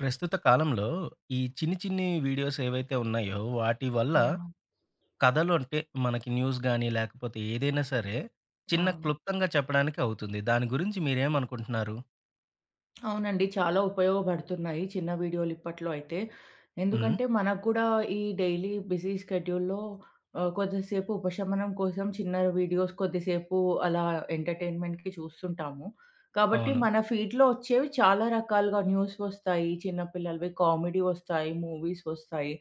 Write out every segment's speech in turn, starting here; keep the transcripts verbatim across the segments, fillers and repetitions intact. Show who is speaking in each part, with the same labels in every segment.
Speaker 1: ప్రస్తుత కాలంలో ఈ చిన్ని చిన్ని వీడియోస్ ఏవైతే ఉన్నాయో వాటి వల్ల
Speaker 2: యాహ్!
Speaker 1: కథలు అంటే మనకి న్యూస్ గానీ, లేకపోతే ఏదైనా సరే చిన్న
Speaker 2: అవును.
Speaker 1: క్లుప్తంగా చెప్పడానికి అవుతుంది. దాని గురించి మీరేమనుకుంటున్నారు?
Speaker 2: అవునండి. చాలా ఉపయోగపడుతున్నాయి చిన్న వీడియోలు ఇప్పట్లో అయితే.
Speaker 1: హ్మ్.
Speaker 2: ఎందుకంటే మనకు కూడా ఈ డైలీ బిజీ స్కెడ్యూల్‌లో ఆహ్, కొద్దిసేపు ఉపశమనం కోసం చిన్న వీడియోస్ కొద్దిసేపు అలా ఎంటర్‌టైన్‌మెంట్‌కి చూస్తుంటాము. కాబట్టి
Speaker 1: అవును.
Speaker 2: మన ఫీడ్‌లో వచ్చేవి చాలా రకాలుగా న్యూస్ వస్తాయి. చిన్న పిల్లలవి కామెడీ వస్తాయి, మూవీస్ వస్తాయి.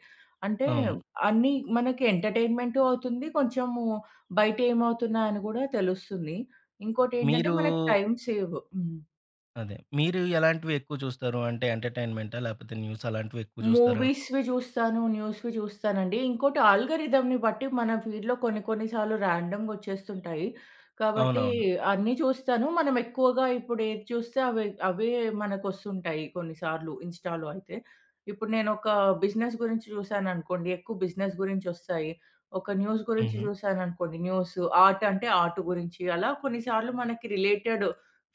Speaker 2: అంటే
Speaker 1: అవును.
Speaker 2: అన్నీ మనకి ఎంటర్‌టైన్‌మెంటూ అవుతుంది. కొంచెము బయట ఏమవుతున్నాయని కూడా తెలుస్తుంది. ఇంకోటేంటంటే
Speaker 1: మీరు
Speaker 2: మనకి టైమ్ సేవ్. హ్మ్.
Speaker 1: అదే. మీరు ఎలాంటివి ఎక్కువ చూస్తారు? అంటే ఎంటర్‌టైన్‌మెంటా? లేపోతే న్యూస్ అలాంటివి ఎక్కువ చూస్తారా?
Speaker 2: మూవీస్‌వి జూస్తాను. న్యూస్‌వి జూస్తానండి. ఇంకోటి ఆల్గారిథమ్‌ని బట్టి మన ఫీడ్‌లో కొన్ని కొన్ని సార్లు ర్యాండమ్‌గా ఒచ్చేస్తుంటాయి. కాబట్టి
Speaker 1: అవునవును.
Speaker 2: అన్నీ చూస్తాను. మనం ఎక్కువగా ఇప్పుడు ఏది చూస్తే అవే అవే మనకొస్తుంటాయి కొన్నిసార్లు ఇన్‌స్టాలో అయితే. ఇప్పుడు నేనొక బిజినెస్ గురించి చూశాననుకోండి, ఎక్కువ బిజినెస్ గురించొస్తాయి. ఒక న్యూస్ గురించి
Speaker 1: హుహు.
Speaker 2: జూశాననుకోండి, న్యూస్. ఆర్ట్ అంటే ఆర్ట్ గురించి. అలా కొన్నిసార్లు మనకి రిలేటెడ్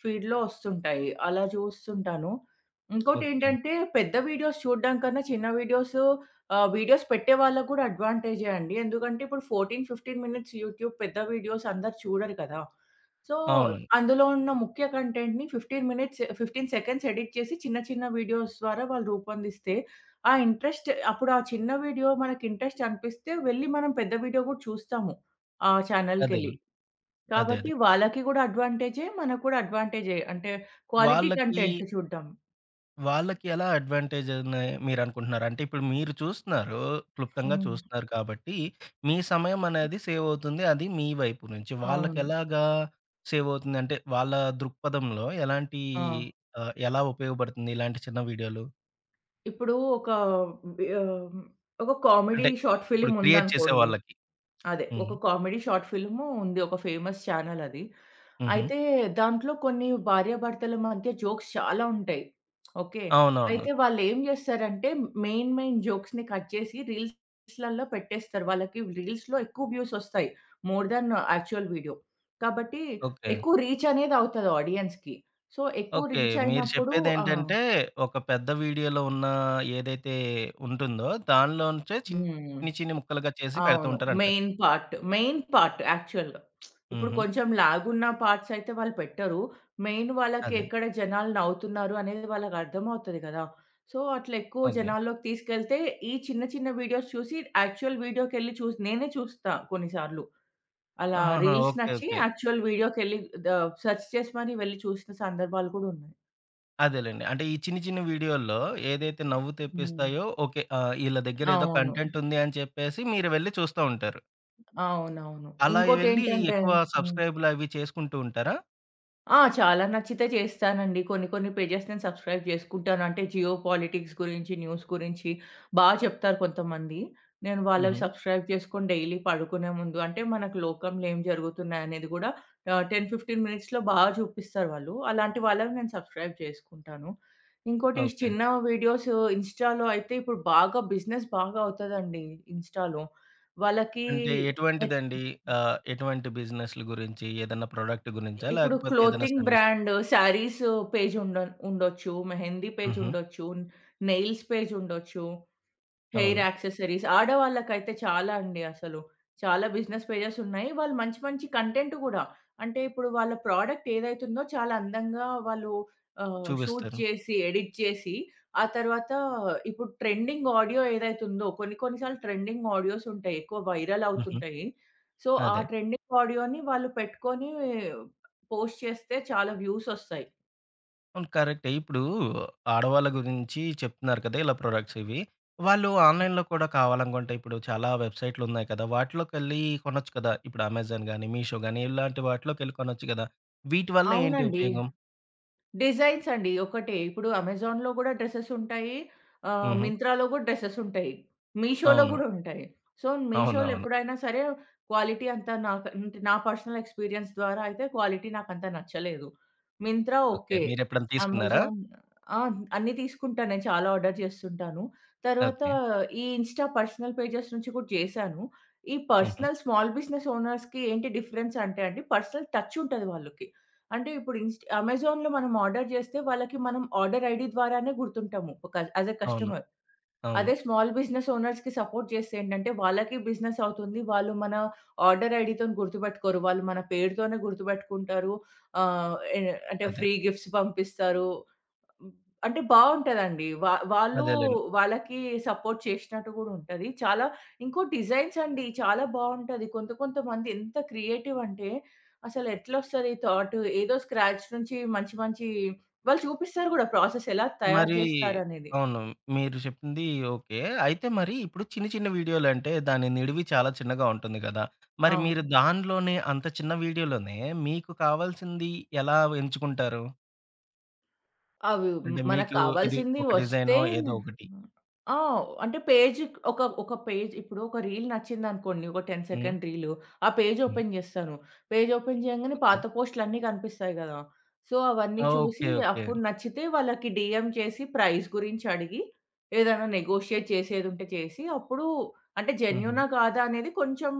Speaker 2: ఫీడ్‌లో ఒస్తుంటాయి. అలా జూస్తుంటాను.
Speaker 1: ఓకే.
Speaker 2: ఇంకోటేంటంటే పెద్ద వీడియోస్ చూడడం కన్నా చిన్న వీడియోస్ ఆహ్, వీడియోస్ పెట్టే వాళ్ళకి గూడా అడ్వాంటేజే అండి. ఎందుకంటే ఇప్పుడు పద్నాలుగు, పదిహేను మినిట్స్ యూట్యూబ్ పెద్ద వీడియోస్ అందరూ చూడరు కదా! సో,
Speaker 1: అవును.
Speaker 2: అందులో ఉన్న ముఖ్య కంటెంట్‌ని పదిహేను మినిట్స్ పదిహేను సెకండ్స్ ఎడిట్ చేసి చిన్న చిన్న వీడియోస్ ద్వారా వాళ్ళు రూపొందిస్తే ఆ ఇంట్రెస్ట్ అప్పుడు ఆ చిన్న వీడియో మనకి ఇంట్రెస్ట్ అనిపిస్తే వెళ్లి మనం పెద్ద వీడియో గూడా చూస్తాము. ఆ ఛానల్‌కెళ్ళి.
Speaker 1: అదేలే. అదే.
Speaker 2: కాబట్టి
Speaker 1: అదే.
Speaker 2: వాళ్ళకి గూడా అడ్వాంటేజే. మనకు కూడా అడ్వాంటేజే. అంటే క్వాలిటీ
Speaker 1: వాళ్ళకి
Speaker 2: కంటెంట్ చూడ్డం.
Speaker 1: వాళ్ళకి ఎలా అడ్వాంటేజ్ అని మీరనుకుంటున్నారు? అంటే ఇప్పుడు మీరు చూస్తున్నారు, క్లుప్తంగా
Speaker 2: హ్మ్.
Speaker 1: చూస్తున్నారు కాబట్టి, మీ సమయం అనేది సేవ్ అవుతుంది. అది మీ వైపు నుంచి.
Speaker 2: అవును.
Speaker 1: వాళ్ళకెలాగా సేవ్ అవుతుంది? అంటే వాళ్ళ దృక్పథంలో ఎలాంటి
Speaker 2: ఆ!
Speaker 1: ఆహ్, ఎలా ఉపయోగపడుతుంది ఇలాంటి చిన్న వీడియోలు?
Speaker 2: ఇప్పుడు ఒక బి ఆహ్, ఒక కామెడీ
Speaker 1: అంటే
Speaker 2: షార్ట్
Speaker 1: ఇప్పుడు
Speaker 2: ఫిల్మ్
Speaker 1: క్రియేట్ చేసే
Speaker 2: ఉందనుకోండి.
Speaker 1: వాళ్ళకి.
Speaker 2: అదే.
Speaker 1: హ్మ్.
Speaker 2: ఒక కామెడీ షార్ట్ ఫిల్ము ఉంది. ఒక ఫేమస్ ఛానెల్ అది.
Speaker 1: హుహు.
Speaker 2: అయితే దాంట్లో కొన్ని భార్యాభర్తల మధ్య జోక్స్ చాలా ఉంటాయి. ఓకే.
Speaker 1: అవునవును.
Speaker 2: అయితే వాళ్ళేం జేస్తారంటే మెయిన్ మెయిన్ జోక్స్‌ని కట్ చేసి రీల్స్‌లలో పెట్టేస్తారు. వాళ్ళకి రీల్స్‌లో ఎక్కువ వ్యూస్ ఒస్తాయి. More than actual video. కాబట్టి
Speaker 1: ఓకే.
Speaker 2: ఎక్కువ రీచ్ అనేది అవుతది ఆడియన్స్‌కి. సో, ఎక్కువ
Speaker 1: ఓకే.
Speaker 2: రీచ్
Speaker 1: మీరు
Speaker 2: అయినప్పుడు ఆ!
Speaker 1: చెప్పేదేంటంటే ఒక పెద్ద వీడియోలో ఉన్న ఏదైతే ఉంటుందో దానిలో నుంచే
Speaker 2: హ్మ్.
Speaker 1: చిన్ని చిన్ని ముక్కలుగా చేసి పెడుతూ
Speaker 2: అవును.
Speaker 1: ఉంటారంటారు.
Speaker 2: Main part. మెయిన్ పార్ట్ యాక్చువల్‌గా. ఇప్పుడు
Speaker 1: హుహు.
Speaker 2: కొంచెం లాగున్న పార్ట్స్ అయితే వాళ్ళు పెట్టరు. మెయిన్ వాళ్ళకి
Speaker 1: అదే.
Speaker 2: ఎక్కడ జనాలు నవ్వుతున్నారు అనేది వాళ్ళకి అర్థమవుతది కదా! సో, అట్లా ఎక్కువ
Speaker 1: ఓకే.
Speaker 2: జనాల్లోకి తీసుకెళ్తే ఈ చిన్న చిన్న వీడియోస్ చూసి యాక్చువల్ వీడియోకెళ్ళి చూసి నేనే చూస్తా కొన్నిసార్లు. అలా
Speaker 1: ఆహాహా!
Speaker 2: Reels
Speaker 1: okay.
Speaker 2: నచ్చి
Speaker 1: ఓకే.
Speaker 2: యాక్చువల్ వీడియోకెళ్ళి ద సెర్చ్ చేసి మరి వెళ్లి చూసిన సందర్భాలు కూడా ఉన్నాయి.
Speaker 1: అదేలెండి. అంటే ఈ చిన్ని చిన్ని వీడియోల్లో ఏదైతే నవ్వు
Speaker 2: హ్మ్.
Speaker 1: తెప్పిస్తాయో ఓకే. ఆహ్, ఈళ్ళ దగ్గర ఏదో
Speaker 2: అవును.
Speaker 1: కంటెంట్ ఉంది అని చెప్పేసి మీరు వెళ్లి చూస్తా ఉంటారు.
Speaker 2: అవునవును.
Speaker 1: అలా వెళ్లి
Speaker 2: ఇంకోటేంటంటే
Speaker 1: ఎక్కువ
Speaker 2: హ్మ్.
Speaker 1: సబ్‌స్క్రైబ్‌లు అవి చేసుకుంటూ ఉంటారా?
Speaker 2: ఆ! చాలా నచ్చితే చేస్తానండి. కొన్ని కొన్ని పేజెస్ నేను సబ్‌స్క్రైబ్ జేసుకుంటాను. అంటే జియో పాలిటిక్స్ గురించి, న్యూస్ గురించి బా చెప్తారు కొంతమంది. నేను వాళ్ళవి
Speaker 1: హుహు.
Speaker 2: సబ్‌స్క్రైబ్ చేసుకొని డైలీ పడుకునే ముందు అంటే మనకు లోకంలో ఏం జరుగుతున్నాయనేది గూడా ఆహ్, పది, పదిహేను మినిట్స్‌లో బా చూపిస్తారు వాళ్ళు. అలాంటి వాళ్ళవి నేను సబ్‌స్క్రైబ్ చేసుకుంటాను. ఇంకోటి
Speaker 1: ఓకే.
Speaker 2: చిన్న వీడియోస్ ఇన్‌స్టాలో అయితే ఇప్పుడు బాగా బిజినెస్ బాగా అవుతదండి ఇన్‌స్టాలో. వాళ్ళకి
Speaker 1: అంటే
Speaker 2: ఎక్
Speaker 1: ఎటువంటిదండి? ఆహ్, ఎటువంటి బిజినెస్‌ల గురించి? ఏదన్నా ప్రొడక్ట్ గురించా?
Speaker 2: ఇప్పుడు
Speaker 1: లేకపోతే ఏదైనా
Speaker 2: clothing
Speaker 1: service?
Speaker 2: Brand sarees page ఉండ ఉండొచ్చు. మెహందీ పేజ్
Speaker 1: హుహు.
Speaker 2: ఉండొచ్చు. నెయిల్స్ పేజ్ ఉండొచ్చు. హెయిర్
Speaker 1: అవును.
Speaker 2: యాక్సెసరీస్. ఆడవాళ్ళకైతే చాలా అండి అసలు. చాలా బిజినెస్ పేజెస్ ఉన్నాయి. వాళ్ళు మంచి మంచి కంటెంట్ గూడా. అంటే ఇప్పుడు వాళ్ళ ప్రొడక్ట్ ఏదైతుందో చాలా అందంగా వాళ్ళు ఆహ్, షూట్
Speaker 1: చూపిస్తారు.
Speaker 2: చేసి, ఎడిట్ చేసి, ఆ తర్వాత ఇప్పుడు ట్రెండింగ్ ఆడియో ఏదైతుందో కొన్ని కొన్ని సార్లు ట్రెండింగ్ ఆడియోస్ ఉంటాయి. ఎక్కువ వైరల్
Speaker 1: హుహు.
Speaker 2: అవుతుంటాయి. సో, ఆ
Speaker 1: అదే.
Speaker 2: ట్రెండింగ్ ఆడియోని వాళ్ళు పెట్టుకొని పోస్ట్ చేస్తే చాలా వ్యూసొస్తాయి.
Speaker 1: అవును. కరెక్టే. ఇప్పుడు ఆడవాళ్ళ గురించి చెప్తున్నారు కదా! ఇలా ప్రొడక్ట్స్ ఇవి. వాళ్ళు ఆన్‌లైన్‌లో కూడా కావాలనుకుంటే ఇప్పుడు చాలా వెబ్‌సైట్‌లున్నాయి కదా! వాటిలోకెళ్ళి కొనొచ్చు కదా! ఇప్పుడు అమెజాన్ గాని, మీషో గాని ఇలాంటి వాటిలోకెళ్ళి కొనొచ్చు కదా! వీటి వల్ల ఏంటి
Speaker 2: అవునండి.
Speaker 1: ఉపయోగం?
Speaker 2: డిజైన్స్ అండి. ఒకటే. ఇప్పుడు అమెజాన్‌లో గూడా డ్రెసెస్ ఉంటాయి. ఆహ్,
Speaker 1: హుహు.
Speaker 2: మింత్రాలో గూడా డ్రెసెస్ ఉంటాయి. మీషోలో
Speaker 1: అవును.
Speaker 2: గూడా ఉంటాయి. సో, మీషోలో
Speaker 1: అవునవును.
Speaker 2: ఎప్పుడైనా సరే క్వాలిటీ అంతా నాకు అంటే నా పర్సనల్ ఎక్స్‌పీరియన్స్ ద్వారా అయితే క్వాలిటీ నాకంత నచ్చలేదు. మింత్రా
Speaker 1: ఓకే.
Speaker 2: ఓకే.
Speaker 1: మీరెప్పుడన్నా తీసుకున్నారా?
Speaker 2: అమెజాన్ ఆ! అన్నీ తీసుకుంటా. నేను చాలా ఆర్డర్ చేస్తుంటాను. తర్వాత
Speaker 1: ఓకే.
Speaker 2: ఈ ఇన్‌స్టా పర్సనల్ పేజెస్ నుంచి కూడా చేశాను. ఈ
Speaker 1: హుహు.
Speaker 2: పర్సనల్ స్మాల్ బిజినెస్ ఓనర్స్‌కి ఏంటి డిఫరెన్స్ అంటే అండి పర్సనల్ టచ్ ఉంటది వాళ్ళకి. అంటే ఇప్పుడు ఇన్‌స్ట్ అమెజాన్‌లో మనం ఆర్డర్ చేస్తే వాళ్ళకి మనం ఆర్డర్ ఐడీ ద్వారానే గుర్తుంటాము. ఒక యాస్ ఎ
Speaker 1: అవును.
Speaker 2: కస్టమర్.
Speaker 1: అవును.
Speaker 2: అదే స్మాల్ బిజినెస్ ఓనర్స్‌కి సపోర్ట్ చేస్తే ఏంటంటే వాళ్ళకి బిజినెస్ అవుతుంది. వాళ్ళు మన ఆర్డర్ ఐడీతోని గుర్తుపెట్టుకోరు. వాళ్ళు మన పేరుతోనే గుర్తుపెట్టుకుంటారు. ఆహ్, ఎ అంటే
Speaker 1: అదే.
Speaker 2: ఫ్రీ గిఫ్ట్స్ పంపిస్తారు. హ్మ్. అంటే బావుంటదండి. వా వాళ్ళు
Speaker 1: అదేలెండి.
Speaker 2: వాళ్ళకి సపోర్ట్ చేసినట్టు గూడా ఉంటది. చాలా ఇంకో డిజైన్స్ అండి చాలా బావుంటది. కొంత కొంతమంది ఎంత క్రియేటివ్ అంటే అసలు ఎట్లొస్తది థాట్ ఏదో స్క్రాచ్ నుంచి మంచి మంచి వాళ్ళు చూపిస్తారు గూడా ప్రాసెస్ ఎలా తయారు
Speaker 1: మరి
Speaker 2: చేస్తారనేది.
Speaker 1: అవును. మీరు చెప్పింది ఓకే. అయితే మరి ఇప్పుడు చిన్న చిన్న వీడియోలంటే దాని నిడివి చాలా చిన్నగా ఉంటుంది కదా! మరి మీరు
Speaker 2: అవును.
Speaker 1: దానిలోనే అంత చిన్న వీడియోలోనే మీకు కావాల్సింది ఎలా ఎంచుకుంటారు?
Speaker 2: అవి
Speaker 1: అంటే
Speaker 2: మనకు
Speaker 1: మీకు ఇది
Speaker 2: కావాల్సింది
Speaker 1: ఒక
Speaker 2: వస్తే
Speaker 1: డిజైనో ఏదో ఒకటి.
Speaker 2: ఆ! అంటే పేజ్ ఒక ఒక పేజ్ ఇప్పుడు ఒక రీల్ నచ్చిందనుకోండి. ఒక పది
Speaker 1: హ్మ్.
Speaker 2: Second reel. ఆ పేజ్
Speaker 1: హ్మ్.
Speaker 2: ఓపెన్ జేస్తాను. పేజ్ ఓపెన్ చేయంగానే
Speaker 1: ఓకే.
Speaker 2: పాత పోస్ట్‌లన్నీ కనిపిస్తాయి గదా! సో, అవన్నీ చూసి
Speaker 1: ఓకే. ఓకే.
Speaker 2: అప్పుడు నచ్చితే వాళ్ళకి డీఎం చేసి ప్రైస్ గురించి అడిగి, ఏదైనా నెగోషియేట్ చేసేదుంటే చేసి, అప్పుడు అంటే
Speaker 1: హుహు.
Speaker 2: జెన్యూనా? కాదా? అనేది కొంచెం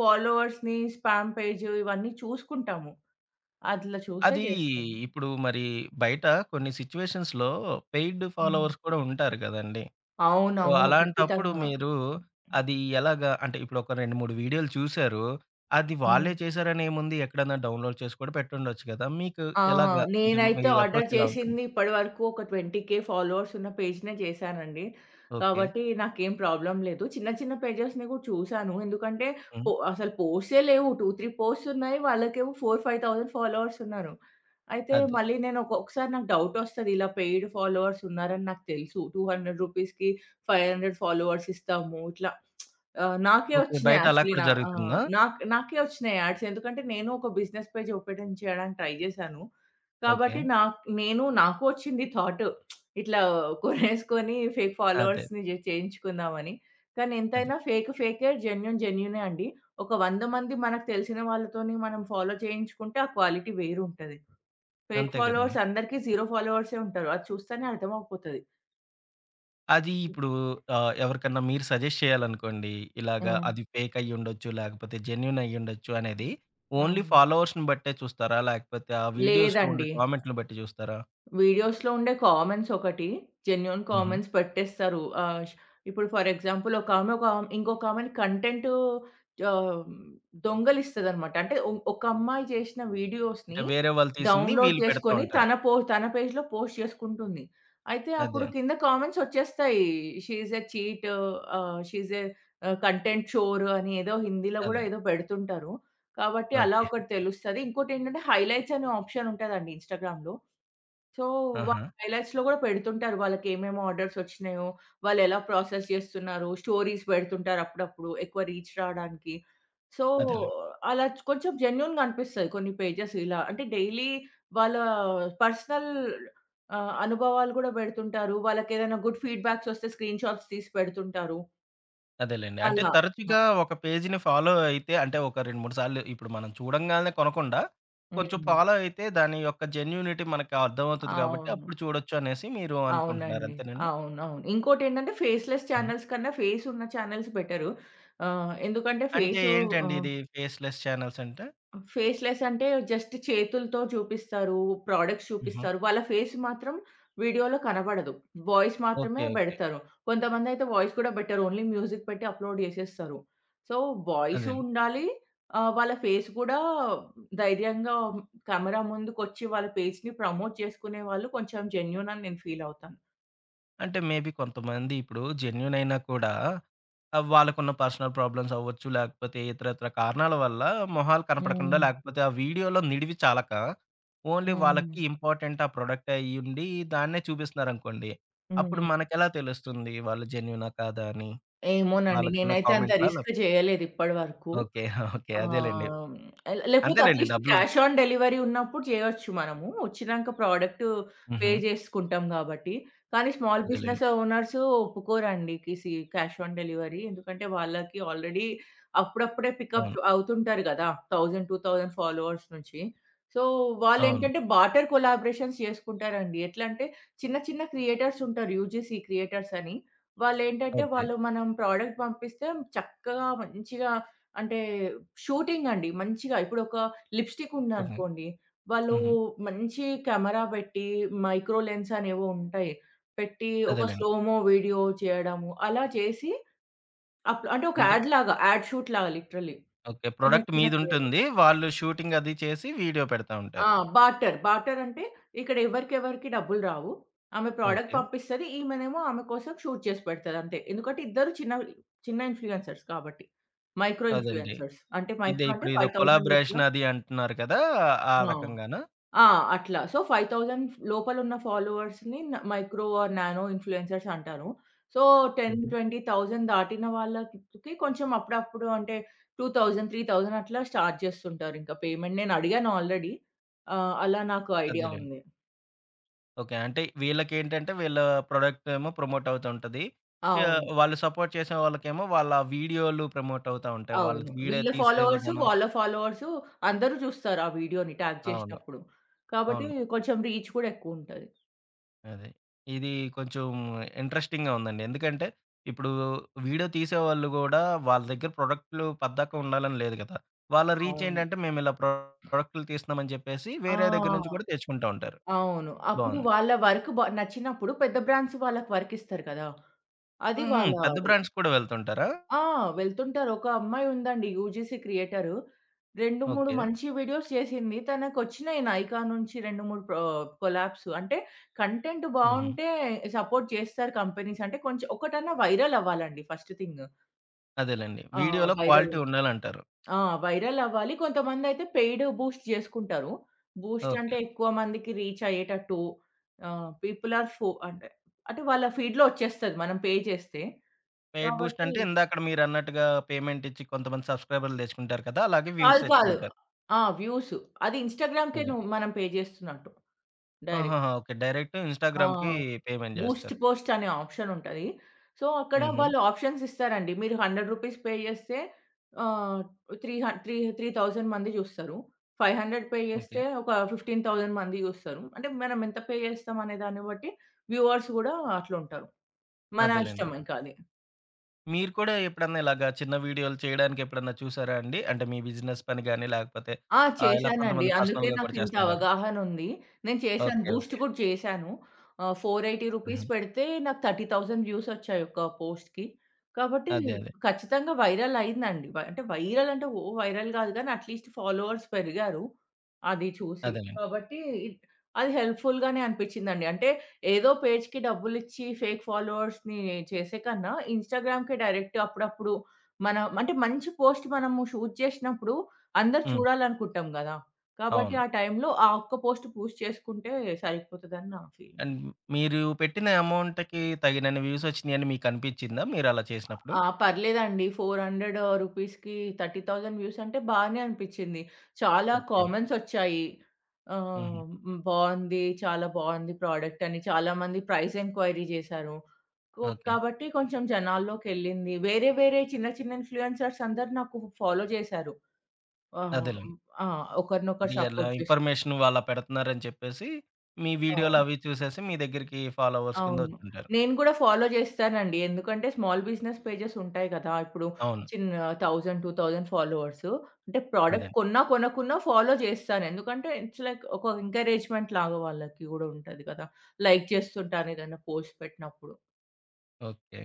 Speaker 2: ఫాలోవర్స్‌ని, స్పామ్ పేజ్ ఇవన్నీ చూసుకుంటాము. అట్లా చూసే
Speaker 1: అది
Speaker 2: చేస్తాను.
Speaker 1: ఇప్పుడు మరి బయట కొన్ని సిట్యుయేషన్స్‌లో పెయిడ్
Speaker 2: హ్మ్.
Speaker 1: ఫాలోవర్స్ కూడా ఉంటారు కదండీ! సో,
Speaker 2: అవునవును.
Speaker 1: అలాంటప్పుడు
Speaker 2: ఖచ్చితంగా.
Speaker 1: మీరు అది ఎలాగా? అంటే ఇప్పుడు ఒక రెండు, మూడు వీడియోలు చూసారు. అది వాళ్ళే
Speaker 2: హ్మ్.
Speaker 1: చేశారని ఏముంది? ఎక్కడైనా డౌన్‌లోడ్ చేసి కూడా పెట్టుండొచ్చు కదా! మీకు
Speaker 2: ఆ!
Speaker 1: ఎలాగా? అంటే మీ
Speaker 2: నేనైతే ఆర్డర్
Speaker 1: అప్రోచ్ ఎలా ఉంటుంది?
Speaker 2: చేసింది ఇప్పటి వరకు ఒక ఇరవై వేల ఫాలోవర్స్ ఉన్న పేజ్‌నే చేశానండి.
Speaker 1: ఓకే.
Speaker 2: కాబట్టి నాకేం ప్రాబ్లమ్ లేదు. చిన్న చిన్న పేజెస్‌ని కూడా చూసాను. ఎందుకంటే
Speaker 1: హ్మ్.
Speaker 2: పో అసలు పోస్ట్‌సే లేవు. రెండు, మూడు పోస్ట్స్ ఉన్నాయి. వాళ్ళకేమో నాలుగు, ఐదు వేల ఫాలోవర్స్ ఉన్నారు. అయితే
Speaker 1: అదే.
Speaker 2: మళ్ళీ నేను ఒక్కొక్కసారి నాకు డౌట్ వస్తది. ఇలా పెయిడ్ ఫాలోవర్స్ ఉన్నారని నాకు తెలుసు. రూ. రెండు వందలకి ఐదు వందల ఫాలోవర్స్ ఇస్తాము. ఇట్లా ఆహ్, నాకే
Speaker 1: ఓకే.
Speaker 2: వచ్చినాయి
Speaker 1: బయట అలా
Speaker 2: యాక్చువల్లీ
Speaker 1: కూడా
Speaker 2: నా ఆ!
Speaker 1: జరుగుతుందా?
Speaker 2: నాకు నాకే వచ్చినాయి యాడ్స్. ఎందుకంటే నేను ఒక బిజినెస్ పేజ్ ఓపెన్ చేయడానికి ట్రై చేశాను.
Speaker 1: ఓకే.
Speaker 2: కాబట్టి నాకు నేను నాకు వచ్చింది థాట్. ఇట్లా కొనేసుకొని ఫేక్
Speaker 1: అదే.
Speaker 2: ఫాలోవర్స్‌ని జే చేయించుకుందామని. కానీ
Speaker 1: అదే.
Speaker 2: ఎంతైనా ఫేక్ ఫేకే, జెన్యూన్ జెన్యూనే అండి. ఒక వంద మంది మనకు తెలిసిన వాళ్ళతోని మనం ఫాలో చేయించుకుంటే ఆ క్వాలిటీ వేరుంటది. ఫేక్
Speaker 1: అంతే కదండీ.
Speaker 2: ఫాలోవర్స్ అందరికీ జీరో ఫాలోవర్సే ఉంటారు. అది చూస్తేనే అర్థమైపోతది.
Speaker 1: అది
Speaker 2: హ్మ్.
Speaker 1: ఇప్పుడు ఆహ్, ఎవరికన్నా మీరు సజెస్ట్ చేయాలనుకోండి. ఇలాగా
Speaker 2: అవును.
Speaker 1: అది ఫేక్ అయ్యుండొచ్చు, లేకపోతే జెన్యూన్ అయ్యుండొచ్చు అనేది ఓన్లీ
Speaker 2: అవును.
Speaker 1: ఫాలోవర్స్‌ని బట్టే చూస్తారా? లేకపోతే ఆ వీడియోస్‌లో ఉండే
Speaker 2: లేదండి.
Speaker 1: కామెంట్‌లని బట్టి చూస్తారా?
Speaker 2: వీడియోస్‌లో ఉండే కామెంట్స్ ఒకటి. జెన్యూన్
Speaker 1: హుహు.
Speaker 2: కామెంట్స్ పెట్టేస్తారు. ఆహ్, ష్ ఇప్పుడు ఫర్ ఎగ్జాంపుల్ ఒకామె ఒక ఇంకొకామెని కంటెంటు ఆహ్, దొంగలిస్తదనమాట. అంటే ఒ ఒక అమ్మాయి చేసిన
Speaker 1: అంటే
Speaker 2: వీడియోస్‌ని
Speaker 1: వేరే వాళ్ళు తీసింది
Speaker 2: డౌన్‌లోడ్
Speaker 1: వీళ్ళు పెడతా
Speaker 2: చేసుకొని
Speaker 1: ఉంటారు.
Speaker 2: తన పో తన పేజ్‌లో పోస్ట్ చేసుకుంటుంది. అయితే
Speaker 1: అదే.
Speaker 2: అప్పుడు కింద కామెంట్స్ వచ్చేస్తాయి. She is a cheat. ఆహ్, she is a ah, content చోర్ అని ఏదో హిందీలో
Speaker 1: అదే.
Speaker 2: గూడా ఏదో పెడుతుంటారు. కాబట్టి అలా
Speaker 1: ఓకే.
Speaker 2: ఒకటి
Speaker 1: ఓకే.
Speaker 2: తెలుస్తది. ఇంకోటేంటంటే హైలైట్స్ అనే ఆప్షన్ ఉంటదండి ఇన్‌స్టాగ్రామ్‌లో. సో, వాళ్ళ
Speaker 1: ఆహా!
Speaker 2: హైలైట్స్‌లో గూడా పెడుతుంటారు. వాళ్ళకేమేమి ఆర్డర్స్ ఒచ్చినాయో, వాళ్ళెలా ప్రాసెస్ జేస్తున్నారు, స్టోరీస్ పెడుతుంటారు అప్పుడప్పుడు ఎక్కువ రీచ్ రాడానికి. సో,
Speaker 1: అదేలెండి.
Speaker 2: అలా చ్ కొంచెం జెన్యూన్‌గా అనిపిస్తది కొన్ని పేజెస్ ఇలా. అంటే డైలీ వాళ్ళ పర్సనల్ ఆహ్, అనుభవాలు గూడా పెడుతుంటారు. వాళ్ళకేదైనా గుడ్ ఫీడ్‌బ్యాక్స్ ఒస్తే స్క్రీన్‌షాట్స్ తీసి పెడుతుంటారు.
Speaker 1: అదేలెండి. అంటే
Speaker 2: అలా. ఆ!
Speaker 1: తరచుగా ఒక పేజీని ఫాలో అయితే అంటే ఒక రెండు, మూడు సార్లు ఇప్పుడు మనం చూడంగానే కొనకుండా కొంచెం
Speaker 2: హ్మ్.
Speaker 1: ఫాలో అయితే దాని యొక్క జెన్యూనిటీ మనకు అర్థమవుతది కాబట్టి
Speaker 2: అవును.
Speaker 1: అప్పుడు చూడొచ్చు అనేసి మీరు అనుకుంటున్నారు.
Speaker 2: అవునండి.
Speaker 1: అంతేనండి?
Speaker 2: అవునవును. ఇంకోటేంటంటే ఫేస్‌లెస్
Speaker 1: హ్మ్.
Speaker 2: చానెల్స్ కన్నా ఫేస్ ఉన్న చానెల్స్ బెటరు. ఆహ్, ఎందుకంటే
Speaker 1: అంటే
Speaker 2: ఫేసు
Speaker 1: ఏంటండి
Speaker 2: ఆహ్,
Speaker 1: ఇది ఫేస్‌లెస్ చానెల్స్ అంటే?
Speaker 2: ఫేస్‌లెస్ అంటే జస్ట్ చేతులతో చూపిస్తారు, ప్రొడక్ట్స్
Speaker 1: హుహు.
Speaker 2: చూపిస్తారు. వాళ్ళ ఫేస్ మాత్రం వీడియోలో కనబడదు. వాయిస్ మాత్రమే
Speaker 1: ఓకే. ఓకే.
Speaker 2: బెడతారు. కొంతమందయితే వాయిస్ కూడా బెట్టరు. ఓన్లీ మ్యూజిక్ పెట్టి అప్‌లోడ్ జేసేస్తారు. సో, వాయిసు
Speaker 1: అదే.
Speaker 2: ఉండాలి. ఆహ్, వాళ్ళ ఫేస్ గూడా ధైర్యంగా కెమెరా ముందుకొచ్చి వాళ్ళ పేజ్‌ని ప్రమోట్ చేసుకునే వాళ్ళు కొంచెం జెన్యూన్ అని నేను ఫీల్ అవుతాను.
Speaker 1: అంటే మేబీ కొంతమంది ఇప్పుడు జెన్యూన్ అయినా కూడా ఆహ్, వాళ్ళకున్న పర్సనల్ ప్రాబ్లమ్స్ అవ్వచ్చు, లేకపోతే ఇతరితర కారణాల వల్ల మొహాలు కనపడకుండా,
Speaker 2: హ్మ్.
Speaker 1: లేకపోతే ఆ వీడియోలో నిడివి చాలక, ఓన్లీ
Speaker 2: హ్మ్.
Speaker 1: వాళ్ళకి ఇంపార్టెంట్ ఆ ప్రొడక్ట్ అయ్యుండి దాన్నే చూపిస్తున్నారనుకోండి. అప్పుడు
Speaker 2: హ్మ్.
Speaker 1: మనకెలా తెలుస్తుంది వాళ్ళు జెన్యూనా కాదా అని?
Speaker 2: ఏమోనండి.
Speaker 1: వాళ్ళకున్న
Speaker 2: నేనైతే అంత
Speaker 1: కామెంట్‌లా
Speaker 2: రిస్క్
Speaker 1: లేప్
Speaker 2: చేయలేదు ఇప్పటి వరకు.
Speaker 1: ఓకే. ఓకే.
Speaker 2: ఆ!
Speaker 1: అదేలెండి.
Speaker 2: హ్మ్. లే లేకపోతే
Speaker 1: అంతేలెండి
Speaker 2: అట్‌లీస్ట్
Speaker 1: డబ్బులు
Speaker 2: క్యాష్ ఆన్ డెలివరీ ఉన్నప్పుడు చేయొచ్చు మనము. వచ్చినంక ప్రోడక్ట్ పే
Speaker 1: హుహు.
Speaker 2: చేసుకుంటాం గాబట్టి. కానీ స్మాల్
Speaker 1: అదేలెండి.
Speaker 2: బిజినెస్ ఓనర్స్ ఒప్పుకోరండి. కిసి క్యాష్ ఆన్ డెలివరీ. ఎందుకంటే వాళ్ళకి ఆల్రెడీ అప్పుడప్పుడే పికప్
Speaker 1: అవును.
Speaker 2: అవుతుంటారు గదా! వెయ్యి, రెండు వేల ఫాలోవర్స్ నుంచి. సో,
Speaker 1: అవును.
Speaker 2: వాళ్ళేంటంటే బార్టర్ కొలాబరేషన్స్ చేసుకుంటారండి. ఎట్లంటే చిన్న చిన్న క్రియేటర్స్ ఉంటారు. యూజీసీ క్రియేటర్స్ అని. వాళ్ళేంటంటే
Speaker 1: ఓకే.
Speaker 2: వాళ్ళు మనం ప్రోడక్ట్ పంపిస్తే చక్కగా మంచిగా అంటే షూటింగ్ అండి. మంచిగా ఇప్పుడొక లిప్‌స్టిక్
Speaker 1: ఓకే.
Speaker 2: ఉందనుకోండి. వాళ్ళు
Speaker 1: హుహు.
Speaker 2: మంచి కెమెరా పెట్టి, మైక్రో లెన్స్ అనేవో ఉంటాయి. పెట్టి ఒక
Speaker 1: అదేలెండి.
Speaker 2: స్లోమో వీడియో చేయడము. అలా చేసి అప్ అంటే ఒక
Speaker 1: అంటే
Speaker 2: యాడ్ లాగా, యాడ్ షూట్ లాగా లిటరల్లీ.
Speaker 1: ఓకే.
Speaker 2: చిన్న
Speaker 1: ప్రొడక్ట్
Speaker 2: చిన్న చేయడం.
Speaker 1: మీదుంటుంది. వాళ్ళు షూటింగ్ అది చేసి వీడియో పెడతా
Speaker 2: ఆ!
Speaker 1: ఉంటారు.
Speaker 2: బార్టర్. బార్టర్ అంటే ఇక్కడ ఎవరికెవరికి డబ్బులు రావు. ఆమె ప్రొడక్ట్
Speaker 1: ఓకే.
Speaker 2: పంపిస్తది. ఈమెనేమో ఆమె కోసం షూట్ చేసి పెడతది అంతే. ఎందుకంటే ఇద్దరు చిన్న చిన్న ఇన్‌ఫ్లుయెన్సర్స్ కాబట్టి. మైక్రో
Speaker 1: అదండి.
Speaker 2: ఇన్‌ఫ్లుయెన్సర్స్. అంటే
Speaker 1: ఇదే
Speaker 2: మైక్రో అంటే
Speaker 1: ఇప్పుడు ఇదో
Speaker 2: ఐదు వేల లోపల
Speaker 1: కొలాబరేషన్ అది అంటున్నారు కదా! ఆ
Speaker 2: ఆ!
Speaker 1: రకంగానా?
Speaker 2: ఆ! అట్లా. సో, ఐదు వేల లోపలున్న ఫాలోవర్స్‌ని న మైక్రో ఆర్ నానో ఇన్‌ఫ్లుయెన్సర్స్ అంటారు. సో, పది,
Speaker 1: హుహు.
Speaker 2: ఇరవై వేల దాటిన వాళ్ళకి కొంచెం అప్పుడప్పుడు అంటే రెండు వేల, మూడు వేల అట్లా స్టార్ట్ చేస్తుంటారింక పేమెంట్. నేను అడిగాను ఆల్రెడీ. ఆహ్, అలా నాకు ఐడియా
Speaker 1: అదేలెండి.
Speaker 2: ఉంది.
Speaker 1: ఓకే. అంటే వీళ్ళకేంటంటే వీళ్ళ ప్రొడక్ట్ ఏమో ప్రమోట్ అవుతా ఉంటది. ఆహ్,
Speaker 2: అవును.
Speaker 1: వాళ్ళు సపోర్ట్ చేసే వాళ్ళకేమో వాళ్ళ వీడియోలు ప్రమోట్ అవుతా ఉంటాయి. వాళ్ళు
Speaker 2: అవును.
Speaker 1: వీడియో
Speaker 2: వీళ్ళ
Speaker 1: తీసే
Speaker 2: ఫాలోవర్స్,
Speaker 1: విధానం
Speaker 2: వాళ్ళ ఫాలోవర్స్ అందరూ చూస్తారు ఆ వీడియోని ట్యాగ్
Speaker 1: అవును.
Speaker 2: చేసినప్పుడు. కాబట్టి
Speaker 1: అవును.
Speaker 2: కొంచెం రీచ్ కూడా ఎక్కువుంటది.
Speaker 1: అదే. ఇది కొంచెం ఇంట్రెస్టింగ్‌గా ఉందండి. ఎందుకంటే, ఇప్పుడు వీడియో తీసేవాళ్ళు గూడా వాళ్ళ దగ్గర ప్రొడక్ట్‌లు పద్దాక ఉండాలని లేదు గదా! వాళ్ళ రీచ్
Speaker 2: అవును.
Speaker 1: ఏంటంటే, మేమిలా ప్రొడక్ట్‌లు తీస్తున్నామని చెప్పేసి వేరే దగ్గర నుంచి
Speaker 2: ఆ!
Speaker 1: కూడా తెచ్చుకుంటా ఉంటారు.
Speaker 2: అవును. అప్పుడు
Speaker 1: బావుంది.
Speaker 2: వాళ్ళ వర్క్ బ నచ్చినప్పుడు పెద్ద బ్రాండ్స్ వాళ్ళకి వర్క్ ఇస్తారు కదా! అది
Speaker 1: హుహు.
Speaker 2: వాళ్ళ
Speaker 1: పెద్ద
Speaker 2: అది.
Speaker 1: బ్రాండ్స్ కూడా వెళ్తుంటారా?
Speaker 2: ఆ! వెళ్తుంటారు. ఒక అమ్మాయి ఉందండి యూజీసీ క్రియేటరు. రెండు, మూడు
Speaker 1: ఓకే.
Speaker 2: మంచి వీడియోస్ చేసింది. తనకొచ్చినాయి నైకా నుంచి రెండు, మూడు ప్రొ కొలాబ్స్. అంటే కంటెంట్
Speaker 1: హుహు.
Speaker 2: బావుంటే సపోర్ట్ చేస్తారు కంపెనీస్. అంటే కొంచెం ఒకటన్నా వైరల్ అవ్వాలండి ఫస్ట్ థింగ్.
Speaker 1: అదేలెండి.
Speaker 2: ఆ!
Speaker 1: వీడియోలో
Speaker 2: వైరల్.
Speaker 1: క్వాలిటీ ఉండాలంటారు.
Speaker 2: ఆ! వైరల్ అవ్వాలి. కొంతమందైతే పెయిడ్ బూస్ట్ జేసుకుంటారు. Boost
Speaker 1: okay.
Speaker 2: అంటే ఎక్కువ మందికి రీచ్ అయ్యేటట్టు ఆహ్, పీపుల్ ఆర్ ఫో అంటే, అంటే వాళ్ళ ఫీడ్‌లో వచ్చేస్తది మనం పే చేస్తే.
Speaker 1: పెయిడ్ బూస్ట్
Speaker 2: కాబట్టి
Speaker 1: అంటే ఇందాకడ మీరన్నట్టుగా పేమెంట్ ఇచ్చి కొంతమంది సబ్‌స్క్రైబర్‌లు తెచ్చుకుంటారు కదా! అలాగే వ్యూస్
Speaker 2: కాదు. కాదు.
Speaker 1: తెచ్చుకుంటారు.
Speaker 2: ఆ! వ్యూస్. అది ఇన్‌స్టాగ్రామ్‌కే
Speaker 1: అదే.
Speaker 2: నువ్వు మనం పే జేస్తున్నట్టు డైరెక్ట్.
Speaker 1: ఆహాహా! ఓకే. డైరెక్ట్
Speaker 2: ఆ!
Speaker 1: ఇన్‌స్టాగ్రామ్‌కి పేమెంట్
Speaker 2: బూస్ట్
Speaker 1: జేస్తారు.
Speaker 2: పోస్ట్ అనే ఆప్షన్ ఉంటది. సో, అక్కడ ఓకే.
Speaker 1: హుహు.
Speaker 2: వాళ్ళు ఆప్షన్స్ ఇస్తారండి. మీరు వంద రూపీస్ పే చేస్తే ఆహ్, త్రీ హ త్రీ మూడు వేల మంది చూస్తారు. ఐదు వందల పే
Speaker 1: ఓకే.
Speaker 2: చేస్తే ఒక పదిహేను వేల మంది చూస్తారు. అంటే మనం ఎంత పే చేస్తాం అనే దాన్ని బట్టి వ్యూవర్స్ కూడా అట్లుంటారు. మన
Speaker 1: అదేలెండి.
Speaker 2: ఇష్టం ఇంకా అది.
Speaker 1: మీరు కూడా ఎప్పుడన్నా ఇలాగా చిన్న వీడియోలు చేయడానికి ఎప్పుడన్నా చూసారా అండి? అంటే మీ బిజినెస్ పని గాని, లేకపోతే
Speaker 2: ఆ!
Speaker 1: ఆహ్, ఇలా
Speaker 2: చేశానండి.
Speaker 1: కొంతమంది
Speaker 2: అందుకే
Speaker 1: పర్సనల్‌గా కూడా
Speaker 2: నాకింత
Speaker 1: చేస్తుంటారు.
Speaker 2: అవగాహనుంది. నేను చేశాను.
Speaker 1: ఓకే.
Speaker 2: Boost
Speaker 1: okay.
Speaker 2: కూడా చేశాను. ఆహ్, రూ. నాలుగు వందల ఎనభై
Speaker 1: హుహు.
Speaker 2: పెడితే నాకు ముప్పై వేల వ్యూస్ వచ్చాయి ఒక్క పోస్ట్‌కి. కాబట్టి
Speaker 1: అదే. అదే.
Speaker 2: ఖచ్చితంగా వైరల్ అయిందండి. వై అంటే వైరల్ అంటే ఓ వైరల్ గాదు గానీ అట్‌లీస్ట్ ఫాలోవర్స్ పెరిగారు. అది చూసి.
Speaker 1: అదేలెండి.
Speaker 2: కాబట్టి ఇట్ అది హెల్ప్‌ఫుల్ గానే అనిపిచ్చిందండి. అంటే ఏదో పేజ్‌కి డబ్బులిచ్చి ఫేక్ ఫాలోవర్స్‌ని చేసే కన్నా ఇన్‌స్టాగ్రామ్‌కే డైరెక్ట్ అప్పుడప్పుడు మనం అంటే మంచి పోస్ట్ మనము షూట్ చేసినప్పుడు అందరు
Speaker 1: హ్మ్.
Speaker 2: చూడాలనుకుంటాం గదా! కాబట్టి
Speaker 1: అవును.
Speaker 2: ఆ టైంలో ఆ ఒక్క పోస్ట్ పూష్ చేసుకుంటే సరిపోతదని నా ఫీలింగ్.
Speaker 1: అండ్ మీరు పెట్టిన అమౌంట్‌కి తగినన్ని వ్యూస్ వచ్చినాయని మీకు అనిపించిందా మీరలా చేసినప్పుడు?
Speaker 2: ఆ! పర్లేదండి. నాలుగు వందల రూపీస్‌కి ముప్పై వేల వ్యూస్ అంటే బానే అనిపిచ్చింది. చాలా
Speaker 1: ఓకే.
Speaker 2: కామెంట్స్ ఒచ్చాయి.
Speaker 1: హుహు.
Speaker 2: ఆహ్, హ్మ్. బావుంది. చాలా బావుంది ప్రోడక్ట్ అని చాలామంది ప్రైస్ ఎంక్వైరీ జేశారు. కొ
Speaker 1: ఓకే.
Speaker 2: కాబట్టి కొంచెం జనాల్లోకెళ్ళింది. వేరే వేరే చిన్న చిన్న ఇన్‌ఫ్లుయెన్సర్స్ అందరూ నాకు ఫాలో జేశారు. ఆహ్,
Speaker 1: అదేలెండి.
Speaker 2: ఆ! ఒకరినొకరు
Speaker 1: అంటే ఇలా
Speaker 2: సపోర్ట్ చేసుకుంటూ.
Speaker 1: ఇన్ఫర్మేషన్ వాళ్ళ పెడుతున్నారని చెప్పేసి, మీ వీడియోలు
Speaker 2: అవును.
Speaker 1: అవి చూసేసి మీ దగ్గరికి ఫాలోవర్స్ కింద
Speaker 2: అవును.
Speaker 1: వచ్చుంటారు.
Speaker 2: నేను కూడా ఫాలో చేస్తానండి. ఎందుకంటే స్మాల్ బిజినెస్ పేజెస్ ఉంటాయి కదా! ఇప్పుడు
Speaker 1: అవును.
Speaker 2: చిన్న వెయ్యి, రెండు వేల ఫాలోవర్స్. అంటే
Speaker 1: అదే.
Speaker 2: ప్రొడక్ట్ కొన్నా, కొనకున్నా ఫాలో చేస్తాను. ఎందుకంటే ఇట్స్ లైక్ ఒక ఎంకరేజ్‌మెంట్ లాగా వాళ్ళకి కూడా ఉంటది కదా! లైక్ చేస్తుంటాను ఏదైనా పోస్ట్ పెట్టినప్పుడు.
Speaker 1: ఓకే.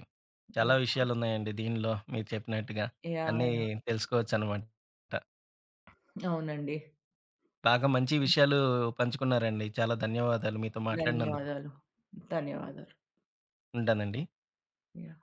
Speaker 1: చాలా
Speaker 2: యాహ్!
Speaker 1: విషయాలున్నాయండి దీనిలో మీరు చెప్పినట్టుగా.
Speaker 2: యాహ్!
Speaker 1: అన్నీ
Speaker 2: యాహ్!
Speaker 1: తెలుసుకోవచ్చనమాట.
Speaker 2: అవునండి.
Speaker 1: బాగా మంచి విషయాలు పంచుకున్నారండి. చాలా ధన్యవాదాలు మీతో మాట్లాడినందుకు.
Speaker 2: ధన్యవాదాలు. ధన్యవాదాలు.
Speaker 1: ఉంటానండి.
Speaker 2: యాహ్!